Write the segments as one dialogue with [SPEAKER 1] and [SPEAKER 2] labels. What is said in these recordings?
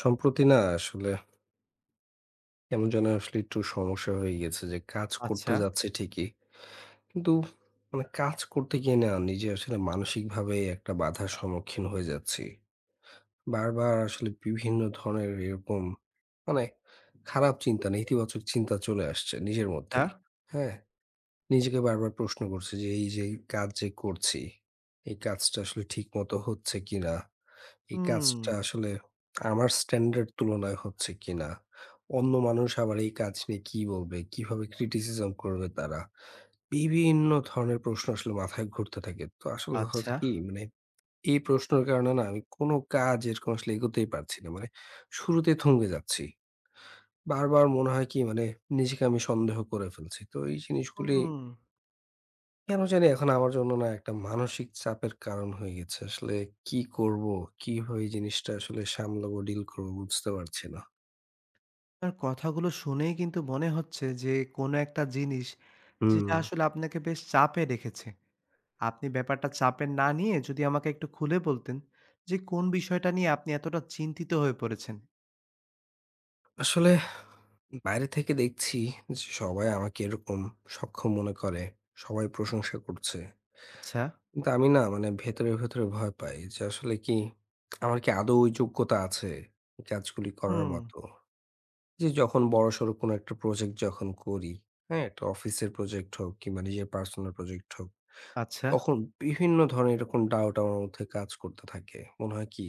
[SPEAKER 1] সম্প্রতি না আসলে কেমন যেন আসলে একটু সমস্যা হয়ে গেছে যে কাজ
[SPEAKER 2] আচ্ছা,
[SPEAKER 1] করতে যাচ্ছে ঠিকই। কিন্তু কাজ করতে গিয়ে না নিজে আসলে মানসিকভাবে একটা বাধার সম্মুখীন হয়ে যাচ্ছি। বারবার আসলে বিভিন্ন ধরনের এরকম মানে খারাপ চিন্তা নেতিবাচক চিন্তা চলে আসছে নিজের
[SPEAKER 2] আ
[SPEAKER 1] মধ্যেই। হ্যাঁ? নিজেকে বারবার প্রশ্ন করছি যে এই যে কাজ যে করছি, এই কাজটা আসলে ঠিকমতো হচ্ছে কিনা? এই
[SPEAKER 2] হুম,
[SPEAKER 1] কাজটা আসলে আমার স্ট্যান্ডার্ড তুলনায় হচ্ছে কিনা? অন্য মানুষ আবার এই কাজ নিয়ে কি বলবে? কিভাবে criticism করবে তারা? বিভিন্ন ধরনের প্রশ্ন আসলে মাথায় ঘুরতে থাকে। তো আসলে
[SPEAKER 2] আচ্ছা।
[SPEAKER 1] হচ্ছে কি এই প্রশ্নের কারণে না আমি কোনো কাজ এরকম আসলে এগোতেই পারছি না। শুরুতে থমকে যাচ্ছি। বারবার মনে হয় কি নিজেকে আমি সন্দেহ করে ফেলছি। তো এই জিনিসগুলি
[SPEAKER 2] হুম।
[SPEAKER 1] কেন জানি এখন আমার জন্য না একটা মানসিক চাপের কারণ হয়ে গেছে। আসলে কি করব? কিভাবে এই জিনিসটা আসলে সামলাবো, ডিল করব বুঝতে পারছি না।
[SPEAKER 2] আপনার কথাগুলো শুনেই কিন্তু মনে হচ্ছে যে কোনো একটা জিনিস
[SPEAKER 1] হুম,
[SPEAKER 2] যেটা আসলে আপনাকে বেশ চাপে রেখেছে। আপনি ব্যাপারটা চাপে না নিয়ে যদি আমাকে একটু খুলে বলতেন যে কোন বিষয়টা নিয়ে আপনি এতটা চিন্তিত হয়ে পড়েছেন?
[SPEAKER 1] আসলে বাইরে থেকে দেখছি যে সবাই আমাকে এরকম সক্ষম মনে করে। সবাই প্রশংসা করছে।
[SPEAKER 2] আচ্ছা।
[SPEAKER 1] কিন্তু আমি না ভেতরে, ভেতরে ভয় পাই যে আসলে কি আমার কি আদৌ ওই যোগ্যতা আছে এই কাজগুলি করার
[SPEAKER 2] হুম।
[SPEAKER 1] মতো? যে যখন বড়সড় কোনো একটা প্রজেক্ট যখন করি, হ্যাঁ? একটা অফিসের প্রজেক্ট হোক কিংবা নিজের পার্সোনাল প্রজেক্ট হোক
[SPEAKER 2] আচ্ছা।
[SPEAKER 1] তখন বিভিন্ন ধরনের এরকম ডাউট আমার মধ্যে কাজ করতে থাকে। মনে হয় কি?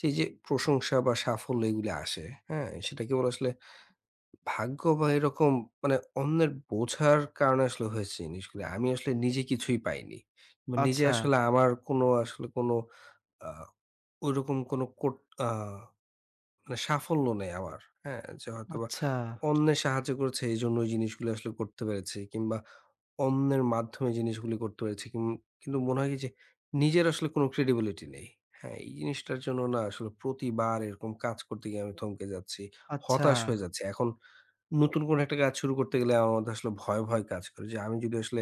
[SPEAKER 1] সেই যে প্রশংসা বা সাফল্য এগুলো আসে, হ্যাঁ? সেটা কেবল আসলে ভাগ্য বা এরকম মানে অন্যের বোঝার কারণে আসলে হয়েছে জিনিসগুলো। আমি আসলে নিজে কিছুই পাইনি। নিজে
[SPEAKER 2] আচ্ছা,
[SPEAKER 1] আসলে আমার কোনো আসলে কোনো আ ওইরকম কোনো কোট আ মানে সাফল্য নেই আমার, হ্যাঁ? যে হয়তোবা
[SPEAKER 2] আচ্ছা,
[SPEAKER 1] অন্যের সাহায্য করেছে, এইজন্য ওই জিনিসগুলো আসলে করতে পেরেছি কিংবা অন্যের মাধ্যমে জিনিসগুলি করতে হয়েছে। কিন্তু মনে হয় কি যে নিজের আসলে কোনো credibility নেই। হ্যাঁ, এই জিনিসটার জন্য না আসলে প্রতিবার এরকম কাজ করতে গিয়ে আমি থমকে যাচ্ছি।
[SPEAKER 2] আচ্ছা,
[SPEAKER 1] হতাশ হয়ে যাচ্ছি। এখন নতুন কোনো একটা কাজ শুরু করতে গেলে আমার মধ্যে আসলে ভয় কাজ করে যে আমি যদি আসলে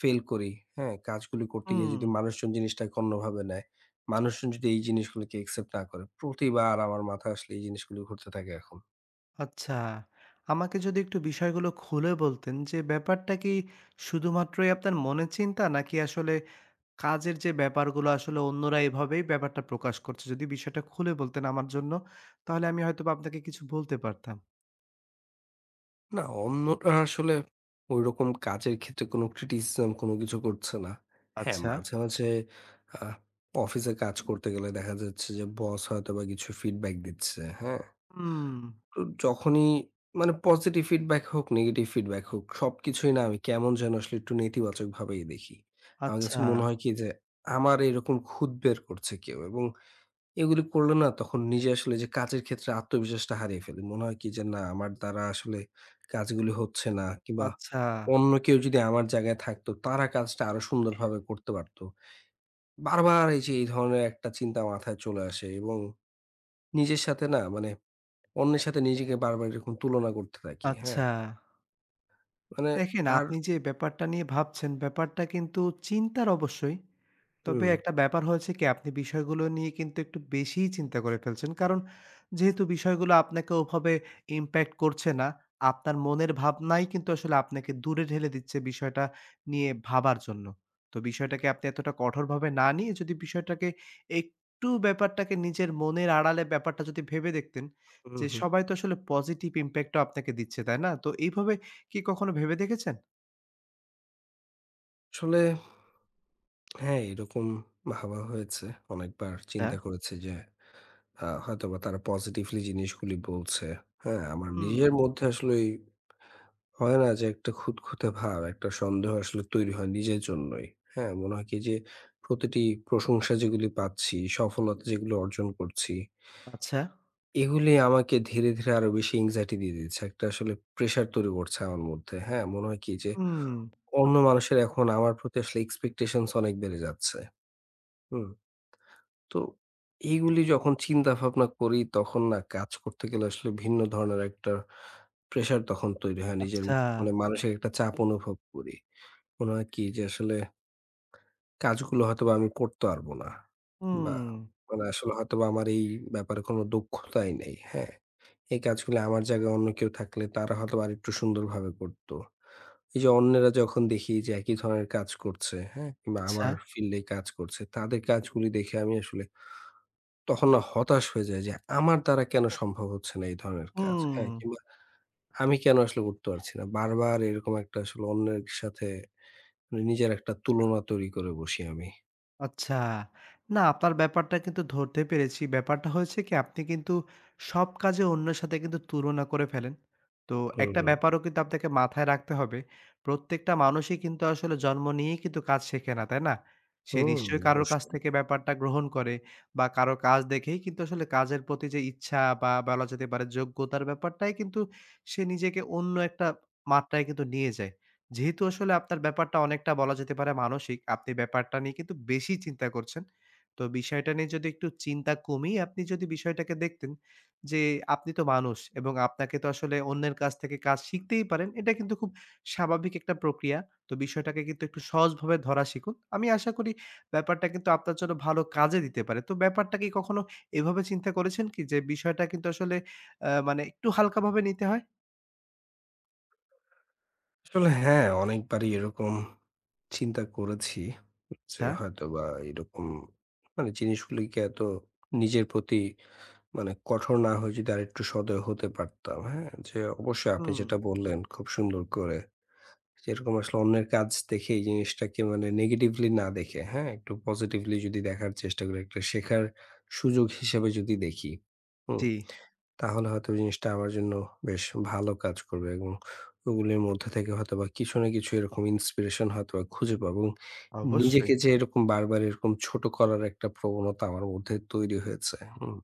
[SPEAKER 1] ফেল করি, হ্যাঁ? কাজগুলি করতে গিয়ে
[SPEAKER 2] হুম,
[SPEAKER 1] যদি মানুষজন জিনিসটাকে অন্যভাবে নেয়, মানুষজন যদি এই জিনিসগুলোকে accept না করে, প্রতিবার আমার মাথায় আসলে এই জিনিসগুলো ঘুরতে থাকে এখন।
[SPEAKER 2] আচ্ছা। আমাকে যদি একটু বিষয়গুলো খুলে বলতেন যে ব্যাপারটা কি শুধুমাত্রই আপনার মনের চিন্তা নাকি আসলে কাজের যে ব্যাপারগুলো আসলে অন্যরা এভাবেই ব্যাপারটা প্রকাশ করছে। যদি বিষয়টা খুলে বলতেন আমার জন্য, তাহলে আমি হয়তোবা আপনাকে কিছু বলতে পারতাম।
[SPEAKER 1] না, অন্যরা আসলে ঐরকম কাজের ক্ষেত্রে কোনো criticism কোনো কিছু করছে না। হ্যাঁ,
[SPEAKER 2] আচ্ছা।
[SPEAKER 1] মাঝে, মাঝে আ অফিসে কাজ করতে গেলে দেখা যাচ্ছে যে বস হয়তোবা কিছু ফিডব্যাক দিচ্ছে। হ্যাঁ?
[SPEAKER 2] হুম।
[SPEAKER 1] তো যখনই পজিটিভ ফিডব্যাক হোক, নেগেটিভ ফিডব্যাক হোক, সবকিছুই না আমি কেমন যেন আসলে একটু নেতিবাচকভাবেই দেখি। আমার কাছে
[SPEAKER 2] আচ্ছা,
[SPEAKER 1] মনে হয় কি যে আমার এরকম খুঁত বের করছে কেউ এবং এগুলি করলে না তখন নিজে আসলে যে কাজের ক্ষেত্রে আত্মবিশ্বাসটা হারিয়ে ফেলি। মনে হয় কি যে না আমার দ্বারা আসলে কাজগুলি হচ্ছে না কিংবা
[SPEAKER 2] আচ্ছা,
[SPEAKER 1] অন্য কেউ যদি আমার জায়গায় থাকতো তারা কাজটা আরো সুন্দরভাবে করতে পারত। বারবার এই যে এই ধরনের একটা চিন্তা মাথায় চলে আসে এবং নিজের সাথে না অন্যের সাথে নিজেকে বারবার এরকম তুলনা করতে থাকি। হ্যাঁ?
[SPEAKER 2] আচ্ছা।
[SPEAKER 1] মানে
[SPEAKER 2] দেখেন
[SPEAKER 1] আর
[SPEAKER 2] আপনি যে ব্যাপারটা নিয়ে ভাবছেন, ব্যাপারটা কিন্তু চিন্তার অবশ্যই। তবে
[SPEAKER 1] হুম,
[SPEAKER 2] একটা ব্যাপার হয়েছে কি আপনি বিষয়গুলো নিয়ে কিন্তু একটু বেশিই চিন্তা করে ফেলছেন। কারণ যেহেতু বিষয়গুলো আপনাকে ওভাবে ইমপ্যাক্ট করছে না, আপনার মনের ভাবনাই কিন্তু আসলে আপনাকে দূরে ঠেলে দিচ্ছে বিষয়টা নিয়ে ভাবার জন্য। তো বিষয়টাকে আপনি এতটা কঠোরভাবে না নিয়ে যদি বিষয়টাকে একটু ব্যাপারটাকে নিজের মনের আড়ালে ব্যাপারটা যদি ভেবে দেখতেন
[SPEAKER 1] হুম,
[SPEAKER 2] যে
[SPEAKER 1] হুম।
[SPEAKER 2] সবাই তো আসলে পজিটিভ ইমপ্যাক্টও আপনাকে দিচ্ছে, তাই না? তো এইভাবে কি কখনো ভেবে দেখেছেন?
[SPEAKER 1] আসলে হ্যাঁ, এরকম ভাবা হয়েছে। অনেকবার
[SPEAKER 2] হ্যাঁ।
[SPEAKER 1] চিন্তা করেছি যে হয়তোবা তারা পজিটিভলি জিনিসগুলি বলছে। হ্যাঁ? আমার
[SPEAKER 2] হুম,
[SPEAKER 1] নিজের মধ্যে আসলেই হয় না যে একটা খুঁতখুঁতে ভাব, একটা সন্দেহ আসলে তৈরি হয় নিজের জন্যই। হ্যাঁ? মনে হয় কি যে প্রতিটি প্রশংসা যেগুলি পাচ্ছি, সফলতা যেগুলো অর্জন করছি,
[SPEAKER 2] আচ্ছা।
[SPEAKER 1] এগুলি আমাকে ধীরে, ধীরে আরো বেশি এনক্সাইটি দিয়ে দিচ্ছে। একটা আসলে প্রেশার তৈরি করছে আমার মধ্যে। হ্যাঁ? মনে হয় কি যে
[SPEAKER 2] হুম,
[SPEAKER 1] অন্য মানুষের এখন আমার প্রতি আসলে এক্সপেকটেশনস অনেক বেড়ে যাচ্ছে। হুম। তো এইগুলি যখন চিন্তা ভাবনা করি তখন না কাজ করতে গেলে আসলে ভিন্ন ধরনের একটা প্রেশার তখন তৈরি হয়। নিজের
[SPEAKER 2] আচ্ছা।
[SPEAKER 1] মানসিক একটা চাপ অনুভব করি। মনে হয় কি যে আসলে কাজগুলো হয়তোবা আমি করতে পারবো না। বা
[SPEAKER 2] হুম,
[SPEAKER 1] আসলে হয়তোবা আমার এই ব্যাপারে কোনো দক্ষতাই নেই। হ্যাঁ? এই কাজগুলো আমার জায়গায় অন্য কেউ থাকলে তারা হয়তোবা আরেকটু সুন্দরভাবে করতো। এই যে অন্যেরা যখন দেখি যে একই ধরনের কাজ করছে, হ্যাঁ? কিংবা
[SPEAKER 2] আচ্ছা।
[SPEAKER 1] আমার ফিল্ডে কাজ করছে, তাদের কাজগুলি দেখে আমি আসলে তখন না হতাশ হয়ে যাই যে, আমার দ্বারা কেন সম্ভব হচ্ছে না এই ধরনের কাজ? হ্যাঁ?
[SPEAKER 2] হুম,
[SPEAKER 1] কিংবা আমি কেন আসলে উঠতে পারছি না? বারবার এরকম একটা আসলে অন্যের সাথে নিজের একটা তুলনা তৈরি করে বসি আমি।
[SPEAKER 2] আচ্ছা। না আপনার ব্যাপারটা কিন্তু ধরতে পেরেছি। ব্যাপারটা হয়েছে কি আপনি কিন্তু সব কাজে অন্যের সাথে কিন্তু তুলনা করে ফেলেন। তো
[SPEAKER 1] হুম,
[SPEAKER 2] একটা ব্যাপারও কিন্তু আপনাকে মাথায় রাখতে হবে। প্রত্যেকটা মানুষই কিন্তু আসলে জন্ম নিয়েই কিন্তু কাজ শেখে না, তাই না? সে
[SPEAKER 1] হুম,
[SPEAKER 2] নিশ্চয়ই কারোর কাছ
[SPEAKER 1] অবশ্যই।
[SPEAKER 2] থেকে ব্যাপারটা গ্রহণ করে বা কারো কাজ দেখেই কিন্তু আসলে কাজের প্রতি যে ইচ্ছা বা বলা যেতে পারে যোগ্যতার ব্যাপারটাই কিন্তু সে নিজেকে অন্য একটা মাত্রায় কিন্তু নিয়ে যায়। যেহেতু আসলে আপনার ব্যাপারটা অনেকটা বলা যেতে পারে মানসিক, আপনি ব্যাপারটা নিয়ে কিন্তু বেশি চিন্তা করছেন। তো বিষয়টা নিয়ে যদি একটু চিন্তা কমিয়ে আপনি যদি বিষয়টাকে দেখতেন যে, আপনি তো মানুষ এবং আপনাকে তো আসলে অন্যের কাছ থেকে কাজ শিখতেই পারেন। এটা কিন্তু খুব স্বাভাবিক একটা প্রক্রিয়া। তো বিষয়টাকে কিন্তু একটু সহজভাবে ধরা শিখুন। আমি আশা করি ব্যাপারটা কিন্তু আপনার জন্য ভালো কাজে দিতে পারে। তো ব্যাপারটা কি কখনো এভাবে চিন্তা করেছেন কি যে, বিষয়টা কিন্তু আসলে মানে একটু হালকাভাবে নিতে হয়?
[SPEAKER 1] আসলে হ্যাঁ, অনেকবারই এরকম চিন্তা করেছি যে
[SPEAKER 2] আচ্ছা।
[SPEAKER 1] হয়তোবা এরকম জিনিসগুলিকে এত নিজের প্রতি কঠোর না হয়ে যদি আরেকটু সদয় হতে পারতাম। হ্যাঁ? যে অবশ্যই আপনি
[SPEAKER 2] হুম।
[SPEAKER 1] যেটা বললেন খুব সুন্দর করে যেরকম আসলে অন্যের কাজ দেখে এই জিনিসটাকে নেগেটিভলি না দেখে, হ্যাঁ? একটু পজিটিভলি যদি দেখার চেষ্টা করি, একটা শেখার সুযোগ হিসেবে যদি দেখি, হুম?
[SPEAKER 2] জি,
[SPEAKER 1] তাহলে হয়তো জিনিসটা আমার জন্য বেশ ভালো কাজ করবে এবং ওগুলির মধ্যে থেকে হয়তোবা কিছু না কিছু এরকম ইন্সপিরেশন হয়তোবা খুঁজে পাবো এবং
[SPEAKER 2] অবশ্যই।
[SPEAKER 1] নিজেকে যে এরকম বারবার এরকম ছোট করার একটা প্রবণতা আমার মধ্যে তৈরি হয়েছে, হুম?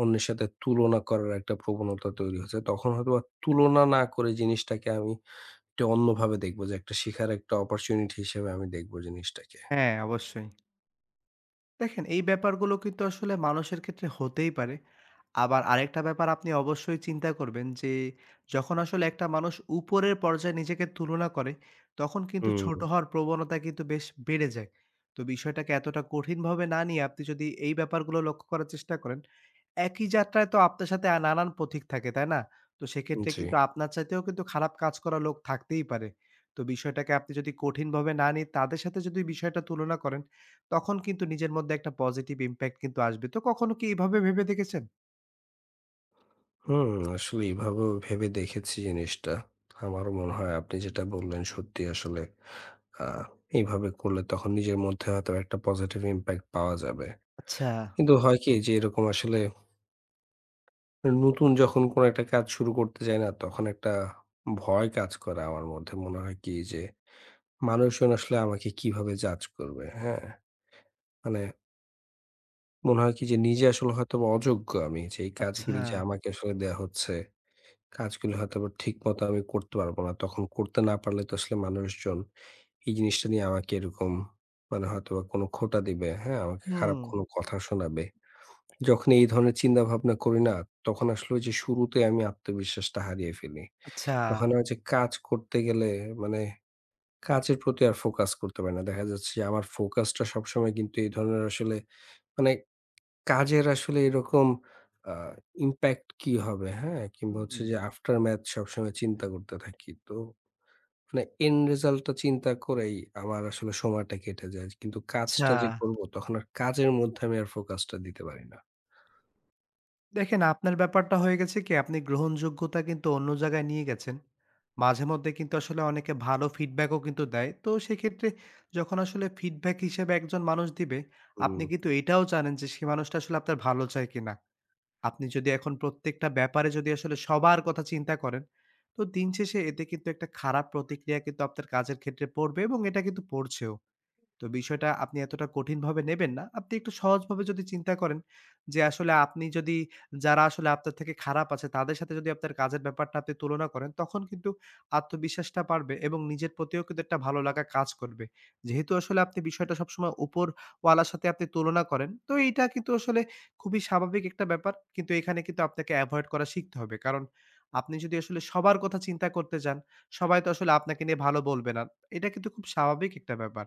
[SPEAKER 1] অন্যের সাথে তুলনা করার একটা প্রবণতা তৈরি হয়েছে। তখন হয়তোবা তুলনা না করে জিনিসটাকে আমি এটা অন্যভাবে দেখব যে একটা শিখার একটা অপরচুনিটি হিসেবে আমি দেখব জিনিসটাকে।
[SPEAKER 2] হ্যাঁ, অবশ্যই। দেখেন এই ব্যাপারগুলো কিন্তু আসলে মানুষের ক্ষেত্রে হতেই পারে। আবার আরেকটা ব্যাপার আপনি অবশ্যই চিন্তা করবেন যে, যখন আসলে একটা মানুষ উপরের পর্যায়ে নিজেকে তুলনা করে, তখন কিন্তু
[SPEAKER 1] হুম,
[SPEAKER 2] ছোট হওয়ার প্রবণতা কিন্তু বেশ বেড়ে যায়। তো বিষয়টাকে এতটা কঠিনভাবে না নিয়ে আপনি যদি এই ব্যাপারগুলো লক্ষ্য করার চেষ্টা করেন, একই যাত্রায় তো আপনার সাথে নানান পথিক থাকে, তাই না? তো সেক্ষেত্রে
[SPEAKER 1] জি।
[SPEAKER 2] কিন্তু আপনার চাইতেও কিন্তু খারাপ কাজ করা লোক থাকতেই পারে। তো বিষয়টাকে আপনি যদি কঠিনভাবে না নিয়ে তাদের সাথে যদি বিষয়টা তুলনা করেন, তখন কিন্তু নিজের মধ্যে একটা পজিটিভ ইমপ্যাক্ট কিন্তু আসবে। তো কখনো কি এভাবে ভেবে দেখেছেন?
[SPEAKER 1] হুম, আসলে এভাবেও ভেবে দেখেছি জিনিসটা। আমারও মনে হয় আপনি যেটা বললেন সত্যি আসলে আ এইভাবে করলে তখন নিজের মধ্যে হয়তো একটা পজিটিভ ইমপ্যাক্ট পাওয়া যাবে।
[SPEAKER 2] আচ্ছা,
[SPEAKER 1] কিন্তু হয় কি যে এরকম আসলে নতুন যখন কোনো একটা কাজ শুরু করতে যাই না তখন একটা ভয় কাজ করে আমার মধ্যে। মনে হয় কি যে মানুষজন আসলে আমাকে কিভাবে জাজ করবে, হ্যাঁ? মানে মনে হয় কি যে নিজে আসলে হয়তোবা অযোগ্য আমি। যে এই কাজগুলি
[SPEAKER 2] আচ্ছা।
[SPEAKER 1] যে হুম। আমাকে আসলে দেয়া হচ্ছে, কাজগুলি হয়তোবা ঠিকমতো আমি করতে পারব না। তখন করতে না পারলে তো আসলে মানুষজন এই জিনিসটা নিয়ে আমাকে এরকম হয়তোবা কোনো খোঁটা দিবে, হ্যাঁ? আমাকে খারাপ
[SPEAKER 2] হুম,
[SPEAKER 1] কোনো কথা শোনাবে। যখন এই ধরনের চিন্তাভাবনা করি না, তখন আসলে ওই যে শুরুতে আমি আত্মবিশ্বাসটা হারিয়ে ফেলি।
[SPEAKER 2] আচ্ছা,
[SPEAKER 1] তখন আমার যে কাজ করতে গেলে মানে কাজের প্রতি আর ফোকাস করতে পারি না। দেখা যাচ্ছে যে আমার ফোকাসটা সবসময় কিন্তু এই ধরনের আসলে মানে কাজের আসলে এরকম আ ইমপ্যাক্ট কি হবে, হ্যাঁ? কিংবা
[SPEAKER 2] হুম,
[SPEAKER 1] হচ্ছে যে আফটার ম্যাথ সবসময় চিন্তা করতে থাকি। তো এন্ড রেজাল্ট টা চিন্তা করেই আমার আসলে সময়টা কেটে যায়। কিন্তু
[SPEAKER 2] আচ্ছা।
[SPEAKER 1] কাজটা যে করব তখন আর কাজের মধ্যে আমি আর ফোকাসটা দিতে পারি না।
[SPEAKER 2] দেখেন আপনার ব্যাপারটা হয়ে গেছে কি আপনি গ্রহণযোগ্যতা কিন্তু অন্য জায়গায় নিয়ে গেছেন। মাঝেমধ্যে কিন্তু আসলে অনেকে ভালো ফিডব্যাকও কিন্তু দেয়। তো সেক্ষেত্রে যখন আসলে ফিডব্যাক হিসেবে একজন মানুষ দিবে, আপনি
[SPEAKER 1] হুম,
[SPEAKER 2] কিন্তু এটাও জানেন যে সে মানুষটা আসলে আপনার ভালো চায় কিনা। আপনি যদি এখন প্রত্যেকটা ব্যাপারে যদি আসলে সবার কথা চিন্তা করেন, তো দিন শেষে এতে কিন্তু একটা খারাপ প্রতিক্রিয়া কিন্তু আপনার কাজের ক্ষেত্রে পড়বে এবং এটা কিন্তু পড়ছেও। তো বিষয়টা আপনি এতটা কঠিনভাবে নেবেন না। আপনি একটু সহজভাবে যদি চিন্তা করেন যে আসলে আপনি যদি যারা আসলে আপনার থেকে খারাপ আছে তাদের সাথে যদি আপনার কাজের ব্যাপারটা আপনি তুলনা করেন তখন কিন্তু আত্মবিশ্বাসটা বাড়বে এবং নিজের প্রতিও কিন্তু একটা ভালো লাগা কাজ করবে। যেহেতু আসলে আপনি বিষয়টা সবসময় উপরওয়ালার সাথে আপনি তুলনা করেন তো এইটা কিন্তু আসলে খুবই স্বাভাবিক একটা ব্যাপার। কিন্তু এখানে কিন্তু আপনাকে এভয়েড করা শিখতে হবে। কারণ আপনি যদি আসলে সবার কথা চিন্তা করতে যান, সবাই তো আসলে আপনাকে নিয়ে ভালো বলবে না। এটা কিন্তু খুব স্বাভাবিক একটা ব্যাপার।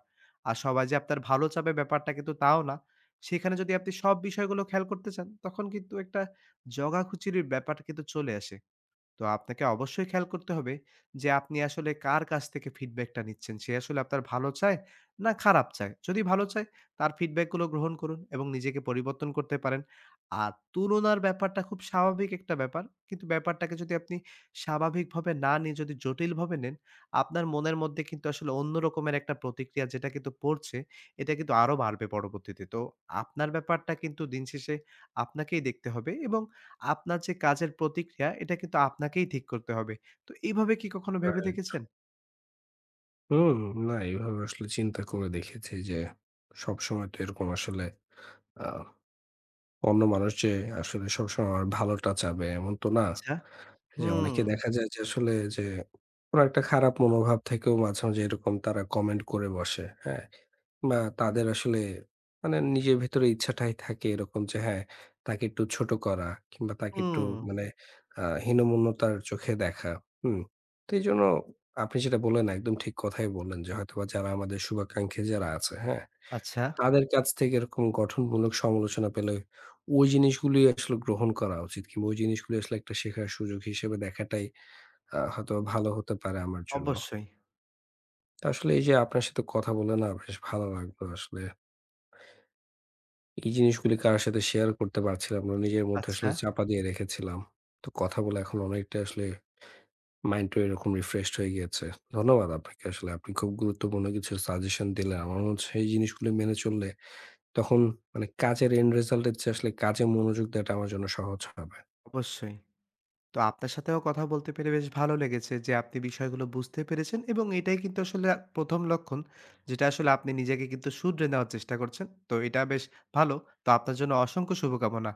[SPEAKER 2] আর সবাই যে আপনার ভালো চাবে ব্যাপারটা কিন্তু তাও না। সেখানে যদি আপনি সব বিষয়গুলো খেয়াল করতে চান, তখন কিন্তু একটা জগাখিচুড়ির ব্যাপারটা কিন্তু চলে আসে। তো আপনাকে অবশ্যই খেয়াল করতে হবে যে আপনি আসলে কার কাছ থেকে ফিডব্যাকটা নিচ্ছেন। সে আসলে আপনার ভালো চায় না খারাপ চায়? যদি ভালো চায় তার ফিডব্যাকগুলো গ্রহণ করুন এবং নিজেকে পরিবর্তন করতে পারেন। আর তুলনার ব্যাপারটা খুব স্বাভাবিক একটা ব্যাপার। কিন্তু ব্যাপারটাকে যদি আপনি স্বাভাবিকভাবে না নিয়ে যদি জটিলভাবে নেন, আপনার মনের মধ্যে কিন্তু আসলে অন্য রকমের একটা প্রতিক্রিয়া যেটা কিন্তু পড়ছে, এটা কিন্তু আরো বাড়বে পরবর্তীতে। তো আপনার ব্যাপারটা কিন্তু দিন শেষে আপনাকেই দেখতে হবে এবং আপনার যে কাজের প্রতিক্রিয়া, এটা কিন্তু আপনাকেই ঠিক করতে হবে। তো এইভাবে কি কখনো ভেবে
[SPEAKER 1] রাইট।
[SPEAKER 2] দেখেছেন?
[SPEAKER 1] হুম, না এভাবে আসলে চিন্তা করে দেখেছি যে সবসময় তো এরকম আসলে আ অন্য মানুষ যে আসলে সবসময় আমার ভালোটা চাবে এমন তো না।
[SPEAKER 2] আচ্ছা।
[SPEAKER 1] যে
[SPEAKER 2] হুম,
[SPEAKER 1] অনেকে দেখা যায় যে আসলে যে কোনো একটা খারাপ মনোভাব থেকেও মাঝে, মাঝে এরকম তারা কমেন্ট করে বসে। হ্যাঁ? বা তাদের আসলে নিজের ভেতরে ইচ্ছাটাই থাকে এরকম যে হ্যাঁ, তাকে একটু ছোট করা কিংবা তাকে একটু
[SPEAKER 2] হুম।
[SPEAKER 1] মানে আ হীনমন্যতার চোখে দেখা। হুম? তো এইজন্য আপনি যেটা বললেন একদম ঠিক কথাই বললেন যে হয়তোবা যারা আমাদের শুভাকাঙ্ক্ষী যারা আছে, হ্যাঁ?
[SPEAKER 2] আচ্ছা।
[SPEAKER 1] তাদের কাছ থেকে এরকম গঠনমূলক সমালোচনা পেলে ওই জিনিসগুলোই আসলে গ্রহণ করা উচিত কিংবা ওই জিনিসগুলো আসলে একটা শেখার সুযোগ হিসেবে দেখাটাই হয়তো ভালো হতে পারে আমার জন্য।
[SPEAKER 2] অবশ্যই।
[SPEAKER 1] তো আসলে এই যে আপনার সাথে কথা বলে না বেশ ভালো লাগলো আসলে। এই জিনিসগুলি কারো সাথে শেয়ার করতে পারছিলাম না। নিজের মধ্যে
[SPEAKER 2] আচ্ছা,
[SPEAKER 1] আসলে চাপা দিয়ে রেখেছিলাম। তো কথা বলে এখন অনেকটা আসলে মাইন্ডটা এরকম রিফ্রেশড হয়ে গিয়েছে। ধন্যবাদ আপনাকে আসলে। আপনি খুব গুরুত্বপূর্ণ কিছু সাজেশন দিলেন। আমার মনে হচ্ছে এই জিনিসগুলো মেনে চললে তখন কাজের এন্ড রেজাল্ট এর চেয়ে আসলে কাজে মনোযোগ দেওয়াটা আমার জন্য সহজ হবে।
[SPEAKER 2] অবশ্যই। তো আপনার সাথেও কথা বলতে পেরে বেশ ভালো লেগেছে যে আপনি বিষয়গুলো বুঝতে পেরেছেন এবং এটাই কিন্তু আসলে ১ম লক্ষণ যেটা আসলে আপনি নিজেকে কিন্তু শুধরে নেওয়ার চেষ্টা করছেন। তো এটা বেশ ভালো। তো আপনার জন্য অসংখ্য শুভকামনা।